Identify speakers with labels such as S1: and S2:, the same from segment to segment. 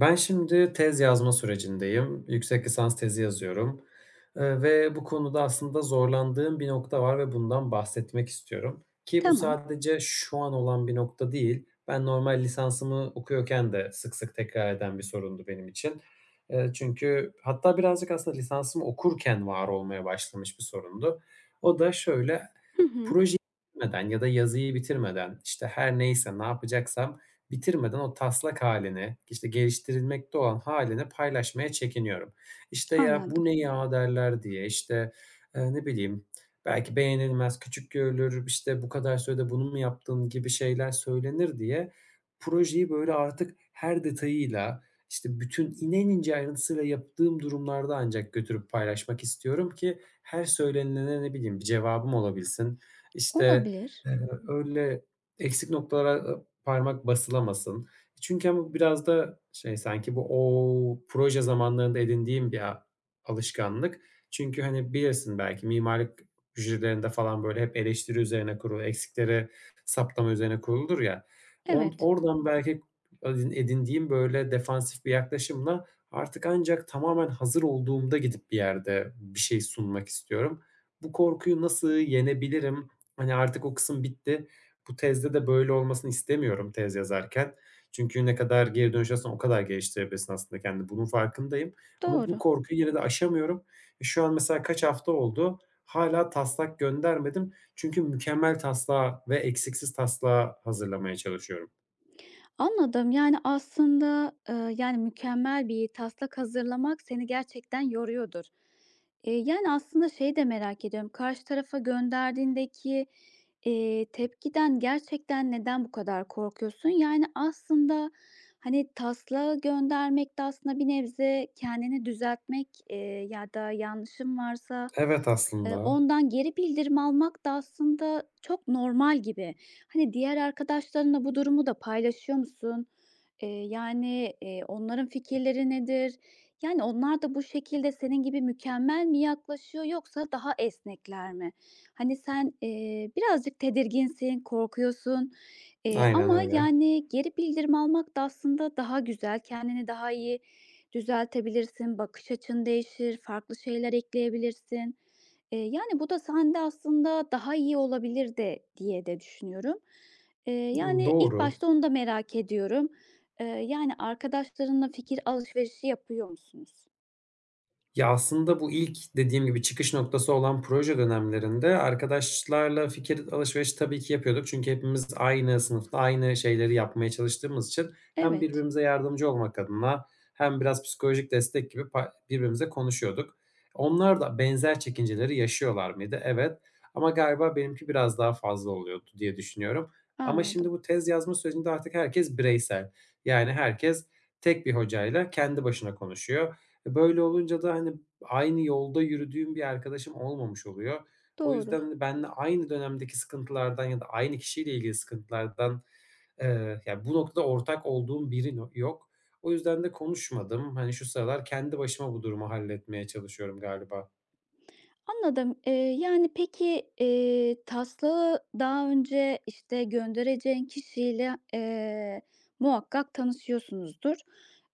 S1: Ben şimdi tez yazma sürecindeyim. Yüksek lisans tezi yazıyorum, ve bu konuda aslında zorlandığım bir nokta var ve bundan bahsetmek istiyorum ki bu
S2: Tamam.
S1: sadece şu an olan bir nokta değil. Ben normal lisansımı okuyorken de sık sık tekrar eden bir sorundu benim için. Çünkü hatta birazcık aslında lisansımı okurken var olmaya başlamış bir sorundu. O da şöyle:
S2: Hı hı.
S1: projeyi bitirmeden ya da yazıyı bitirmeden, işte, her neyse, ne yapacaksam bitirmeden o taslak halini, işte, geliştirilmekte olan halini paylaşmaya çekiniyorum. İşte, "Ya,
S2: Anladım.
S1: bu ne ya?" derler diye, işte, ne bileyim, belki beğenilmez, küçük görülür, işte, "Bu kadar sürede bunu mu yaptın?" gibi şeyler söylenir diye projeyi, böyle, artık her detayıyla, işte, bütün inen ince ayrıntısıyla yaptığım durumlarda ancak götürüp paylaşmak istiyorum ki her söylenilene, ne bileyim, bir cevabım olabilsin. İşte,
S2: Olabilir.
S1: eee, öyle eksik noktalara parmak basılamasın. Çünkü ama biraz da şey, sanki bu o proje zamanlarında edindiğim bir alışkanlık. Çünkü, hani, bilirsin belki mimarlık jürilerinde falan böyle hep eleştiri üzerine kurulu, eksikleri saptama üzerine kuruludur ya. On
S2: Evet,
S1: oradan belki edindiğim böyle defansif bir yaklaşımla artık ancak tamamen hazır olduğumda gidip bir yerde bir şey sunmak istiyorum. Bu korkuyu nasıl yenebilirim? Hani, artık o kısım bitti. Bu tezde de böyle olmasını istemiyorum tez yazarken. Çünkü ne kadar geri dönüş alırsan o kadar geliştirebilirsin aslında kendini. Bunun farkındayım ama bu
S2: doğru.
S1: korkuyu yine de aşamıyorum. E, şu an mesela kaç hafta oldu, hala taslak göndermedim. Çünkü mükemmel taslağı ve eksiksiz taslağı hazırlamaya çalışıyorum.
S2: Anladım. Mükemmel bir taslak hazırlamak seni gerçekten yoruyordur. Aslında şeyi de merak ediyorum, karşı tarafa gönderdiğindeki, tepkiden gerçekten neden bu kadar korkuyorsun? Taslağı göndermek de aslında bir nebze kendini düzeltmek, ya da yanlışım varsa.
S1: Evet, aslında.
S2: Ondan geri bildirim almak da aslında çok normal gibi. Hani, diğer arkadaşlarınla bu durumu da paylaşıyor musun? Onların fikirleri nedir? Yani, onlar da bu şekilde senin gibi mükemmel mi yaklaşıyor yoksa daha esnekler mi? Hani, sen birazcık tedirginsin, korkuyorsun,
S1: Aynen
S2: ama,
S1: öyle.
S2: yani, geri bildirim almak da aslında daha güzel. Kendini daha iyi düzeltebilirsin, bakış açın değişir, farklı şeyler ekleyebilirsin. Bu da sende aslında daha iyi olabilirdi diye de düşünüyorum. İlk
S1: Doğru.
S2: başta onu da merak ediyorum. Arkadaşlarınla fikir alışverişi yapıyor musunuz?
S1: Ya, aslında bu ilk dediğim gibi çıkış noktası olan proje dönemlerinde arkadaşlarla fikir alışverişi tabii ki yapıyorduk. Çünkü hepimiz aynı sınıfta aynı şeyleri yapmaya çalıştığımız için hem
S2: Evet,
S1: birbirimize yardımcı olmak adına hem biraz psikolojik destek gibi birbirimize konuşuyorduk. Onlar da benzer çekinceleri yaşıyorlar mıydı? Evet, ama galiba benimki biraz daha fazla oluyordu diye düşünüyorum. Ama
S2: anladım.
S1: şimdi bu tez yazma sürecinde artık herkes bireysel. Yani herkes tek bir hocayla kendi başına konuşuyor. E, böyle olunca da, hani, aynı yolda yürüdüğüm bir arkadaşım olmamış oluyor. O
S2: Doğru.
S1: yüzden benimle aynı dönemdeki sıkıntılardan ya da aynı kişiyle ilgili sıkıntılardan, ya, bu noktada ortak olduğum biri yok. O yüzden de konuşmadım. Hani, şu sıralar kendi başıma bu durumu halletmeye çalışıyorum galiba.
S2: Anladım. Taslağı daha önce, işte, göndereceğin kişiyle, muhakkak tanışıyorsunuzdur.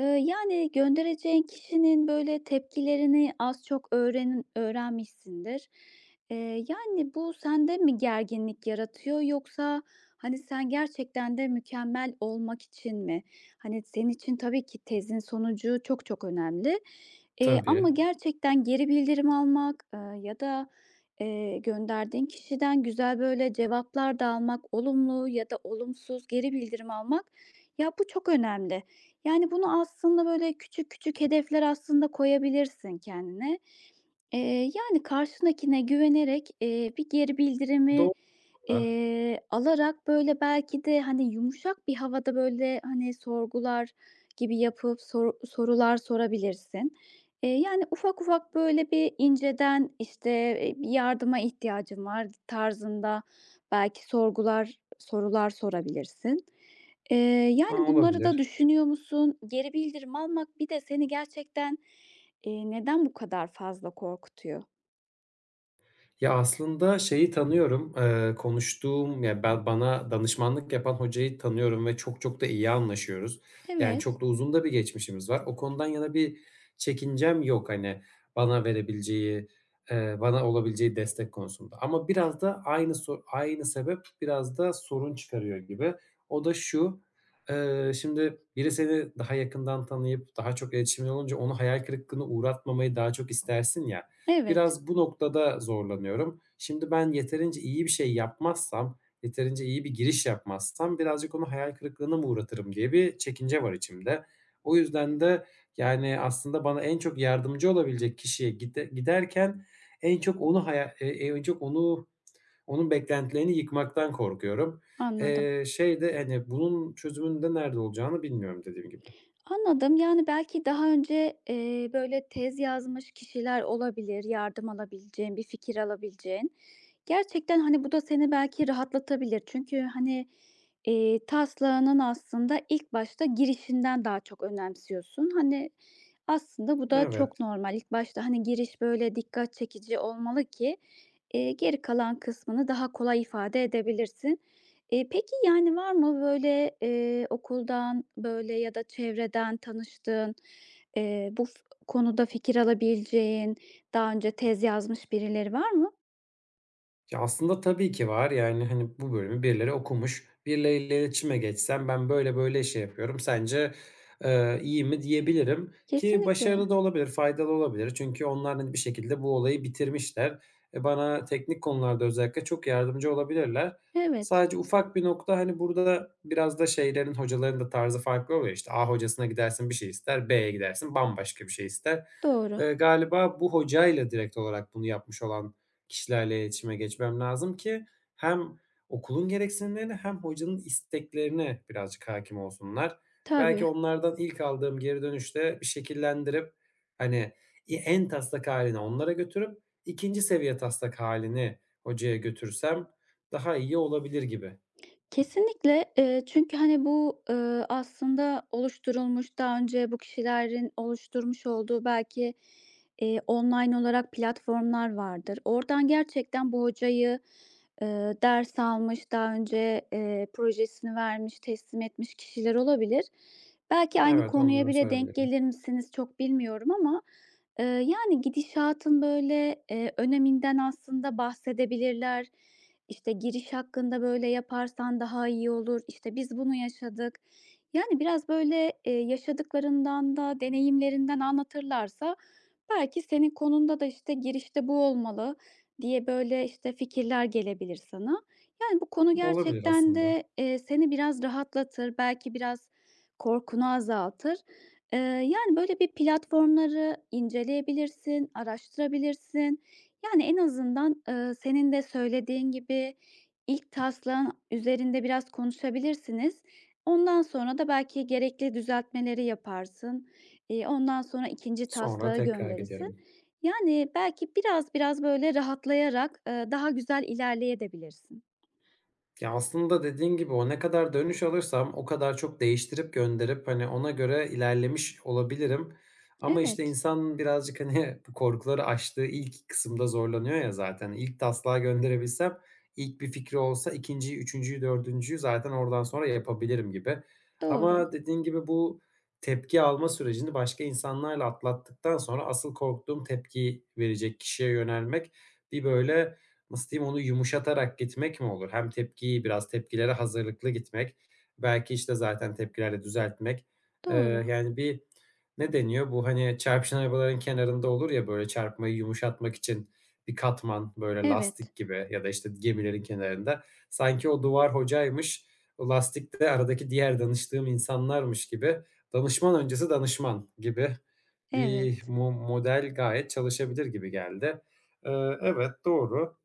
S2: Göndereceğin kişinin, böyle, tepkilerini az çok öğrenmişsindir. Bu sende mi gerginlik yaratıyor yoksa, hani, sen gerçekten de mükemmel olmak için mi? Hani, senin için tabii ki tezin sonucu çok çok önemli. Ama
S1: Tabii.
S2: gerçekten geri bildirim almak, ya da, gönderdiğin kişiden güzel böyle cevaplar da almak, olumlu ya da olumsuz geri bildirim almak, ya, bu çok önemli. Yani, bunu aslında böyle küçük küçük hedefler aslında koyabilirsin kendine. Karşındakine güvenerek, bir geri bildirimi,
S1: Doğru da.
S2: eee, alarak, böyle, belki de, hani, yumuşak bir havada, böyle, hani, sorgular gibi yapıp sorular sorabilirsin. Ufak ufak, böyle, bir inceden, işte, "Bir yardıma ihtiyacım var." tarzında belki sorular sorabilirsin. Eee,
S1: A,
S2: Bunları da
S1: olabilir.
S2: düşünüyor musun? Geri bildirim almak bir de seni gerçekten. Neden bu kadar fazla korkutuyor?
S1: Ya, aslında şeyi tanıyorum, konuştuğum, ya, ben bana danışmanlık yapan hocayı tanıyorum ve çok çok da iyi anlaşıyoruz. Yani,
S2: Evet,
S1: çok da uzun da bir geçmişimiz var. O konudan yana bir çekincem yok, hani, bana verebileceği, bana olabileceği destek konusunda. Ama biraz da aynı sebep biraz da sorun çıkarıyor gibi. O da şu, şimdi biri seni daha yakından tanıyıp daha çok iletişimin olunca onu hayal kırıklığına uğratmamayı daha çok istersin ya.
S2: evet,
S1: Biraz bu noktada zorlanıyorum. Şimdi ben yeterince iyi bir şey yapmazsam, yeterince iyi bir giriş yapmazsam birazcık onu hayal kırıklığına mı uğratırım diye bir çekince var içimde. O yüzden de, yani, aslında bana en çok yardımcı olabilecek kişiye giderken en çok onu onun beklentilerini yıkmaktan korkuyorum.
S2: anladım.
S1: Şey de, hani, bunun çözümünde nerede olacağını bilmiyorum dediğim gibi.
S2: Anladım. Yani, belki daha önce, böyle tez yazmış kişiler olabilir, yardım alabileceğin, bir fikir alabileceğin. Gerçekten, hani, bu da seni belki rahatlatabilir. Çünkü, hani, taslağının aslında ilk başta girişinden daha çok önemsiyorsun. Hani, aslında bu da çok
S1: Evet.
S2: normal. İlk başta, hani, giriş böyle dikkat çekici olmalı ki, geri kalan kısmını daha kolay ifade edebilirsin. Var mı böyle, okuldan, böyle, ya da çevreden tanıştığın, bu konuda fikir alabileceğin, daha önce tez yazmış birileri var mı?
S1: Ya, aslında tabii ki var. Yani, hani, bu bölümü birileri okumuş. Birileriyle iletişime geçsem, "Ben böyle böyle şey yapıyorum, sence, iyi mi?" diyebilirim ki
S2: Kesinlikle.
S1: başarılı da olabilir, faydalı olabilir. Çünkü onlar, hani, bir şekilde bu olayı bitirmişler. E, bana teknik konularda özellikle çok yardımcı olabilirler.
S2: Evet,
S1: Sadece ufak bir nokta, hani, burada biraz da şeylerin, hocaların da tarzı farklı oluyor. İşte, A hocasına gidersin bir şey ister, B'ye gidersin bambaşka bir şey ister.
S2: doğru.
S1: Galiba bu hocayla direkt olarak bunu yapmış olan kişilerle iletişime geçmem lazım ki hem okulun gereksinimlerine hem hocanın isteklerine birazcık hâkim olsunlar. Belki
S2: Tabii.
S1: onlardan ilk aldığım geri dönüşte şekillendirip, hani, i en taslak hâlini onlara götürüp ikinci seviye taslak hâlini hocaya götürsem daha iyi olabilir gibi.
S2: Kesinlikle, çünkü, hani, bu, aslında oluşturulmuş, daha önce bu kişilerin oluşturmuş olduğu belki, online olarak platformlar vardır. Oradan gerçekten bu hocayı, ders almış, daha önce, projesini vermiş, teslim etmiş kişiler olabilir. Belki aynı
S1: Evet,
S2: konuya
S1: onlara
S2: bile denk
S1: sorabilirim.
S2: gelir misiniz çok bilmiyorum ama, yani gidişatın böyle, öneminden aslında bahsedebilirler. İşte, "Giriş hakkında böyle yaparsan daha iyi olur." İşte, "Biz bunu yaşadık." Yani, biraz böyle, yaşadıklarından da deneyimlerinden anlatırlarsa belki senin konunda da, işte, "Girişte bu olmalı." diye, böyle, işte, fikirler gelebilir sana. Yani, bu konu
S1: Olabilir
S2: gerçekten
S1: aslında.
S2: de, seni biraz rahatlatır, belki biraz korkunu azaltır. Böyle bir platformları inceleyebilirsin, araştırabilirsin. Yani, en azından, senin de söylediğin gibi ilk taslağın üzerinde biraz konuşabilirsiniz. Ondan sonra da belki gerekli düzeltmeleri yaparsın. Ondan sonra ikinci
S1: Sonra
S2: taslağı
S1: tekrar
S2: gönderirsin.
S1: giderim.
S2: Yani, belki biraz böyle rahatlayarak, daha güzel ilerleyebilirsin.
S1: Ya, aslında dediğin gibi o ne kadar dönüş alırsam o kadar çok değiştirip gönderip, hani, ona göre ilerlemiş olabilirim. Ama, işte,
S2: Evet,
S1: insan birazcık, hani, bu korkuları aştığı ilk kısımda zorlanıyor ya zaten. İlk taslağı gönderebilsem, ilk bir fikri olsa 2.'yi, 3.'yü, 4.'yü zaten oradan sonra yapabilirim gibi.
S2: doğru,
S1: Ama dediğin gibi bu tepki alma sürecini başka insanlarla atlattıktan sonra asıl korktuğum tepki verecek kişiye yönelmek bir böyle, nasıl diyeyim, onu yumuşatarak gitmek mi olur? Hem tepkiyi biraz tepkilere hazırlıklı gitmek, belki, işte, zaten tepkilerle düzeltmek. Eee,
S2: doğru.
S1: Yani, bir ne deniyor? Bu, hani, çarpışan arabaların kenarında olur ya, böyle, çarpmayı yumuşatmak için bir katman, böyle,
S2: Evet,
S1: lastik gibi ya da, işte, gemilerin kenarında. Sanki o duvar hocaymış, o lastik de aradaki diğer danıştığım insanlarmış gibi, danışman öncesi danışman gibi bir
S2: evet,
S1: model gayet çalışabilir gibi geldi. Evet, doğru.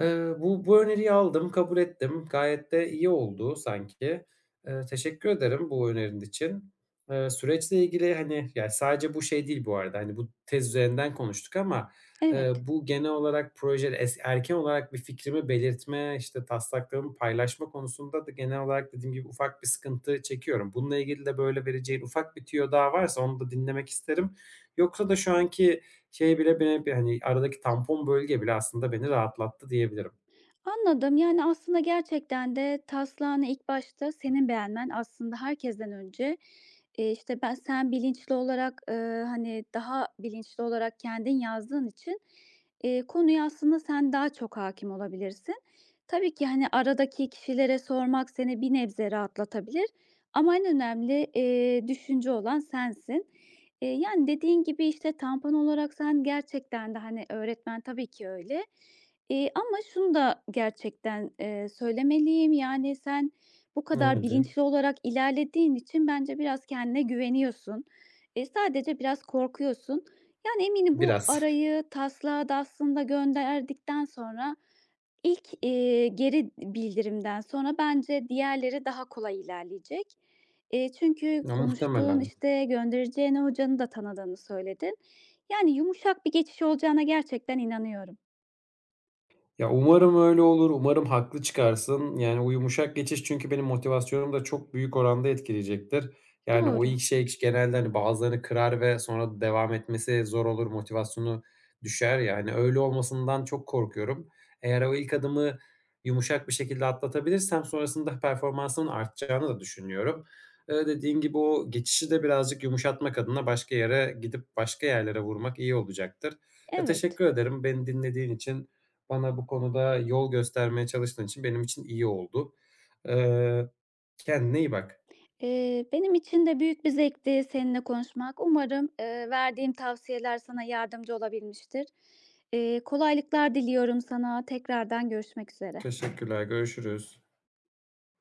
S1: Bu öneriyi aldım, kabul ettim. Gayet de iyi oldu sanki. Teşekkür ederim bu önerin için. Süreçle ilgili, hani, yani sadece bu şey değil bu arada, hani, bu tez üzerinden konuştuk ama,
S2: evet.
S1: bu genel olarak proje es erken olarak bir fikrimi belirtme, işte, taslaklarımı paylaşma konusunda da genel olarak dediğim gibi ufak bir sıkıntı çekiyorum. Bununla ilgili de böyle vereceğin ufak bir tüyo daha varsa onu da dinlemek isterim. Yoksa da şu anki şey bile beni, hani, aradaki tampon bölge bile aslında beni rahatlattı diyebilirim.
S2: Anladım. Yani, aslında gerçekten de taslağını ilk başta senin beğenmen aslında herkesten önce, işte, sen bilinçli olarak, hani, daha bilinçli olarak kendin yazdığın için, konuya aslında sen daha çok hakim olabilirsin. Tabii ki, hani, aradaki kişilere sormak seni bir nebze rahatlatabilir ama en önemli, düşünce olan sensin. Dediğin gibi, işte, tampon olarak sen gerçekten de, hani, öğretmen tabii ki öyle. Ama şunu da gerçekten, söylemeliyim, yani, sen bu kadar
S1: Nedir?
S2: bilinçli olarak ilerlediğin için bence biraz kendine güveniyorsun. Sadece biraz korkuyorsun. Yani, eminim bu
S1: Biraz.
S2: arayı taslağı da aslında gönderdikten sonra ilk, geri bildirimden sonra bence diğerleri daha kolay ilerleyecek. Çünkü
S1: Ya,
S2: konuştuğun,
S1: muhtemelen.
S2: işte, göndereceğin hocanı da tanıdığını söyledin. Yani, yumuşak bir geçiş olacağına gerçekten inanıyorum.
S1: Ya, umarım öyle olur, umarım haklı çıkarsın. Yani, o yumuşak geçiş çünkü benim motivasyonumu da çok büyük oranda etkileyecektir. Yani, o
S2: Doğru.
S1: ilk şey genelde, hani, bazılarını kırar ve sonra devam etmesi zor olur, motivasyonu düşer. Yani öyle olmasından çok korkuyorum. Eğer o ilk adımı yumuşak bir şekilde atlatabilirsem sonrasında performansımın artacağını da düşünüyorum. Dediğin gibi o geçişi de birazcık yumuşatmak adına başka yere gidip başka yerlere vurmak iyi olacaktır. Ya,
S2: Evet.
S1: teşekkür ederim. Beni dinlediğin için. Bana bu konuda yol göstermeye çalıştığın için benim için iyi oldu. Eee, Kendine iyi bak.
S2: Benim için de büyük bir zevkti seninle konuşmak. Umarım, verdiğim tavsiyeler sana yardımcı olabilmiştir. Kolaylıklar diliyorum sana. Tekrardan görüşmek üzere.
S1: Teşekkürler, görüşürüz.